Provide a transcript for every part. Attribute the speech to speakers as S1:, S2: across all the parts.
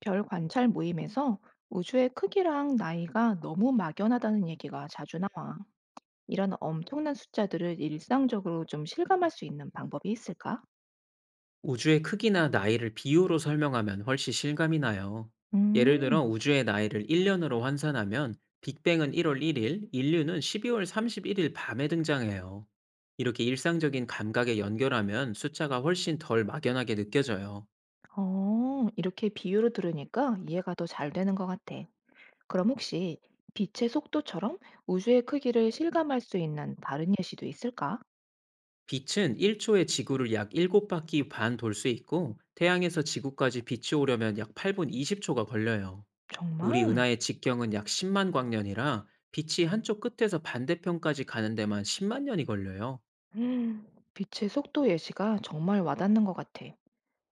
S1: 별 관찰 모임에서 우주의 크기랑 나이가 너무 막연하다는 얘기가 자주 나와. 이런 엄청난 숫자들을 일상적으로 좀 실감할 수 있는 방법이 있을까?
S2: 우주의 크기나 나이를 비유로 설명하면 훨씬 실감이 나요. 예를 들어
S1: 음,
S2: 우주의 나이를 1년으로 환산하면 빅뱅은 1월 1일, 인류는 12월 31일 밤에 등장해요. 이렇게 일상적인 감각에 연결하면 숫자가 훨씬 덜 막연하게 느껴져요.
S1: 이렇게 비유로 들으니까 이해가 더 잘 되는 것 같아. 그럼 혹시 빛의 속도처럼 우주의 크기를 실감할 수 있는 다른 예시도 있을까?
S2: 빛은 1초에 지구를 약 7바퀴 반 돌 수 있고 태양에서 지구까지 빛이 오려면 약 8분 20초가 걸려요. 우리
S1: 정말?
S2: 은하의 직경은 약 10만 광년이라 빛이 한쪽 끝에서 반대편까지 가는 데만 10만 년이 걸려요.
S1: 음, 빛의 속도 예시가 정말 와닿는 것 같아.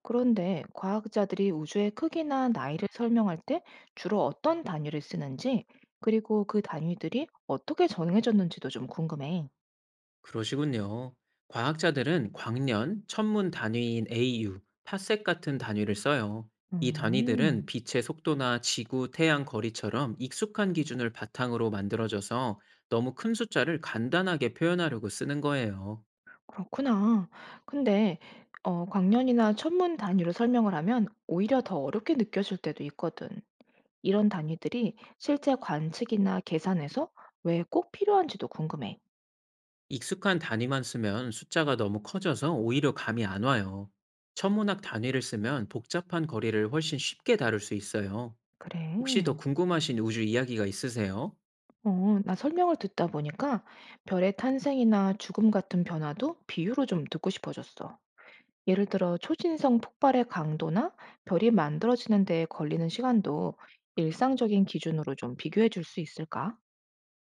S1: 그런데 과학자들이 우주의 크기나 나이를 설명할 때 주로 어떤 단위를 쓰는지, 그리고 그 단위들이 어떻게 정해졌는지도 좀 궁금해.
S2: 그러시군요. 과학자들은 광년, 천문 단위인 AU, 파섹 같은 단위를 써요. 이 단위들은
S1: 음,
S2: 빛의 속도나 지구, 태양 거리처럼 익숙한 기준을 바탕으로 만들어져서 너무 큰 숫자를 간단하게 표현하려고 쓰는 거예요.
S1: 그렇구나. 근데 광년이나 천문 단위로 설명을 하면 오히려 더 어렵게 느껴질 때도 있거든. 이런 단위들이 실제 관측이나 계산에서 왜 꼭 필요한지도 궁금해.
S2: 익숙한 단위만 쓰면 숫자가 너무 커져서 오히려 감이 안 와요. 천문학 단위를 쓰면 복잡한 거리를 훨씬 쉽게 다룰 수 있어요. 혹시 더
S1: 그래.
S2: 궁금하신 우주 이야기가 있으세요?
S1: 나 설명을 듣다 보니까 별의 탄생이나 죽음 같은 변화도 비유로 좀 듣고 싶어졌어. 예를 들어 초신성 폭발의 강도나 별이 만들어지는 데에 걸리는 시간도 일상적인 기준으로 좀 비교해 줄 수 있을까?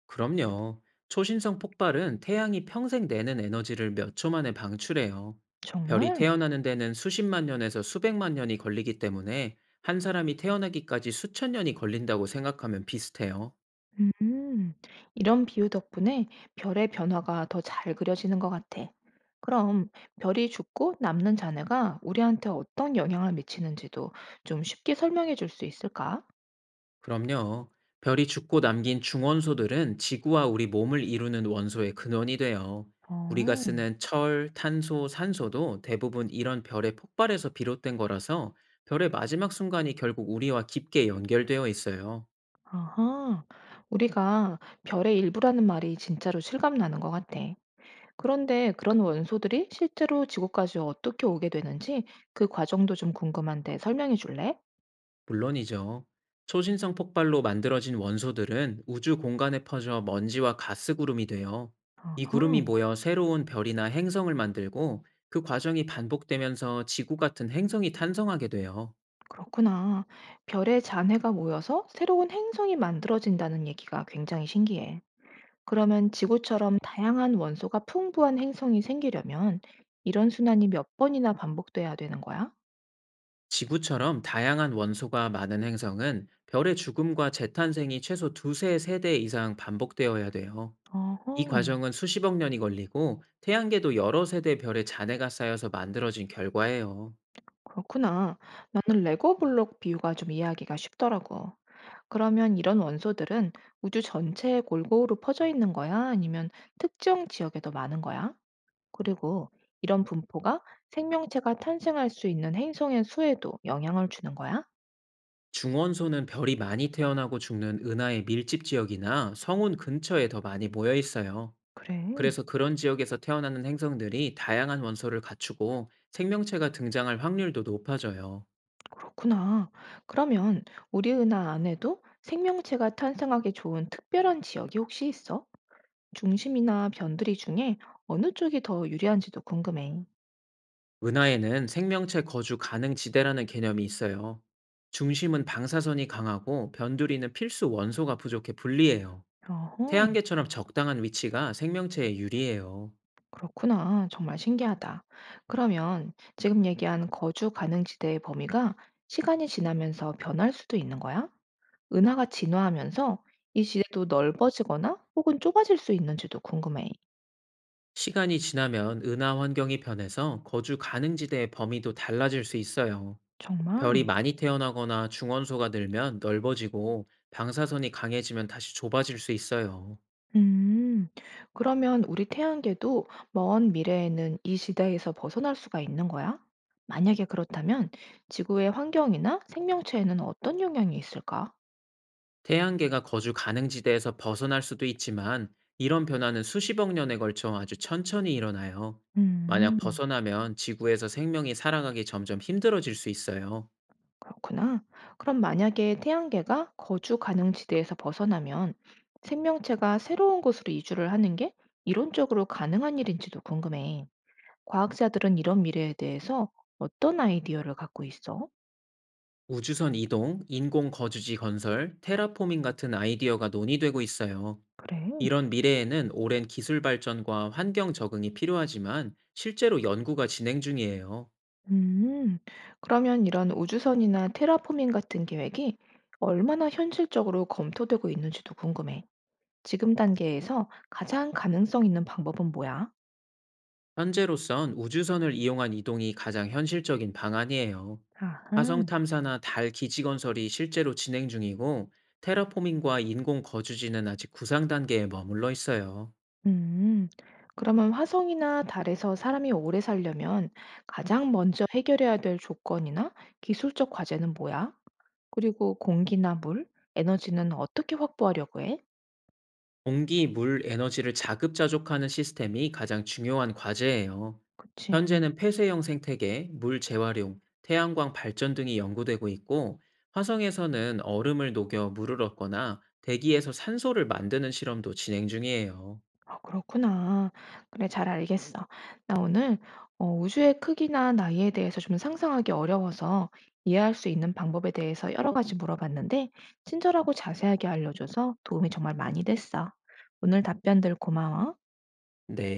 S2: 그럼요. 초신성 폭발은 태양이 평생 내는 에너지를 몇 초 만에 방출해요. 별이
S1: 정말?
S2: 태어나는 데는 수십만 년에서 수백만 년이 걸리기 때문에 한 사람이 태어나기까지 수천 년이 걸린다고 생각하면 비슷해요.
S1: 음, 이런 비유 덕분에 별의 변화가 더 잘 그려지는 것 같아. 그럼 별이 죽고 남는 잔해가 우리한테 어떤 영향을 미치는지도 좀 쉽게 설명해 줄 수 있을까?
S2: 그럼요. 별이 죽고 남긴 중원소들은 지구와 우리 몸을 이루는 원소의 근원이 돼요. 우리가
S1: 어.
S2: 쓰는 철, 탄소, 산소도 대부분 이런 별의 폭발에서 비롯된 거라서 별의 마지막 순간이 결국 우리와 깊게 연결되어 있어요.
S1: 아하, 우리가 별의 일부라는 말이 진짜로 실감 나는 것 같아. 그런데 그런 원소들이 실제로 지구까지 어떻게 오게 되는지 그 과정도 좀 궁금한데 설명해 줄래?
S2: 물론이죠. 초신성 폭발로 만들어진 원소들은 우주 공간에 퍼져 먼지와 가스 구름이 돼요. 이 구름이
S1: 아하,
S2: 모여 새로운 별이나 행성을 만들고 그 과정이 반복되면서 지구 같은 행성이 탄성하게 돼요.
S1: 그렇구나. 별의 잔해가 모여서 새로운 행성이 만들어진다는 얘기가 굉장히 신기해. 그러면 지구처럼 다양한 원소가 풍부한 행성이 생기려면 이런 순환이 몇 번이나 반복돼야 되는 거야?
S2: 지구처럼 다양한 원소가 많은 행성은 별의 죽음과 재탄생이 최소 두세 세대 이상 반복되어야 돼요.
S1: 어허.
S2: 이 과정은 수십억 년이 걸리고 태양계도 여러 세대 별의 잔해가 쌓여서 만들어진 결과예요.
S1: 그렇구나. 나는 레고 블록 비유가 좀 이해하기가 쉽더라고. 그러면 이런 원소들은 우주 전체에 골고루 퍼져 있는 거야? 아니면 특정 지역에 더 많은 거야? 그리고 이런 분포가 생명체가 탄생할 수 있는 행성의 수에도 영향을 주는 거야?
S2: 중원소는 별이 많이 태어나고 죽는 은하의 밀집 지역이나 성운 근처에 더 많이 모여 있어요.
S1: 그래,
S2: 그래서 그런 지역에서 태어나는 행성들이 다양한 원소를 갖추고 생명체가 등장할 확률도 높아져요.
S1: 그렇구나. 그러면 우리 은하 안에도 생명체가 탄생하기 좋은 특별한 지역이 혹시 있어? 중심이나 변두리 중에 어느 쪽이 더 유리한지도 궁금해.
S2: 은하에는 생명체 거주 가능 지대라는 개념이 있어요. 중심은 방사선이 강하고 변두리는 필수 원소가 부족해 불리해요.
S1: 어허.
S2: 태양계처럼 적당한 위치가 생명체에 유리해요.
S1: 그렇구나. 정말 신기하다. 그러면 지금 얘기한 거주 가능 지대의 범위가 시간이 지나면서 변할 수도 있는 거야? 은하가 진화하면서 이 지대도 넓어지거나 혹은 좁아질 수 있는지도 궁금해.
S2: 시간이 지나면 은하 환경이 변해서 거주 가능 지대의 범위도 달라질 수 있어요. 별이
S1: 정말?
S2: 많이 태어나거나 중원소가 늘면 넓어지고 방사선이 강해지면 다시 좁아질 수 있어요.
S1: 음. 그러면 우리 태양계도 먼 미래에는 이 지대에서 벗어날 수가 있는 거야? 만약에 그렇다면 지구의 환경이나 생명체에는 어떤 영향이 있을까?
S2: 태양계가 거주 가능 지대에서 벗어날 수도 있지만 이런 변화는 수십억 년에 걸쳐 아주 천천히 일어나요. 만약
S1: 음.
S2: 벗어나면 지구에서 생명이 살아가기 점점 힘들어질 수 있어요.
S1: 그렇구나. 그럼 만약에 태양계가 거주 가능 지대에서 벗어나면 생명체가 새로운 곳으로 이주를 하는 게 이론적으로 가능한 일인지도 궁금해. 과학자들은 이런 미래에 대해서 어떤 아이디어를 갖고 있어?
S2: 우주선 이동, 인공 거주지 건설, 테라포밍 같은 아이디어가 논의되고 있어요.
S1: 그래.
S2: 이런 미래에는 오랜 기술 발전과 환경 적응이 필요하지만 실제로 연구가 진행 중이에요.
S1: 음, 그러면 이런 우주선이나 테라포밍 같은 계획이 얼마나 현실적으로 검토되고 있는지도 궁금해. 지금 단계에서 가장 가능성 있는 방법은 뭐야?
S2: 현재로선 우주선을 이용한 이동이 가장 현실적인 방안이에요. 화성
S1: 아하.
S2: 탐사나 달 기지 건설이 실제로 진행 중이고, 테라포밍과 인공 거주지는 아직 구상 단계에 머물러 있어요.
S1: 음, 그러면 화성이나 달에서 사람이 오래 살려면 가장 먼저 해결해야 될 조건이나 기술적 과제는 뭐야? 그리고 공기나 물, 에너지는 어떻게 확보하려고 해?
S2: 공기, 물, 에너지를 자급자족하는 시스템이 가장 중요한 과제예요.
S1: 그치.
S2: 현재는 폐쇄형 생태계, 물 재활용, 태양광 발전 등이 연구되고 있고, 화성에서는 얼음을 녹여 물을 얻거나 대기에서 산소를 만드는 실험도 진행 중이에요.
S1: 아, 그렇구나. 그래, 잘 알겠어. 나 오늘 우주의 크기나 나이에 대해서 좀 상상하기 어려워서 이해할 수 있는 방법에 대해서 여러 가지 물어봤는데, 친절하고 자세하게 알려줘서 도움이 정말 많이 됐어. 오늘 답변들 고마워.
S2: 네.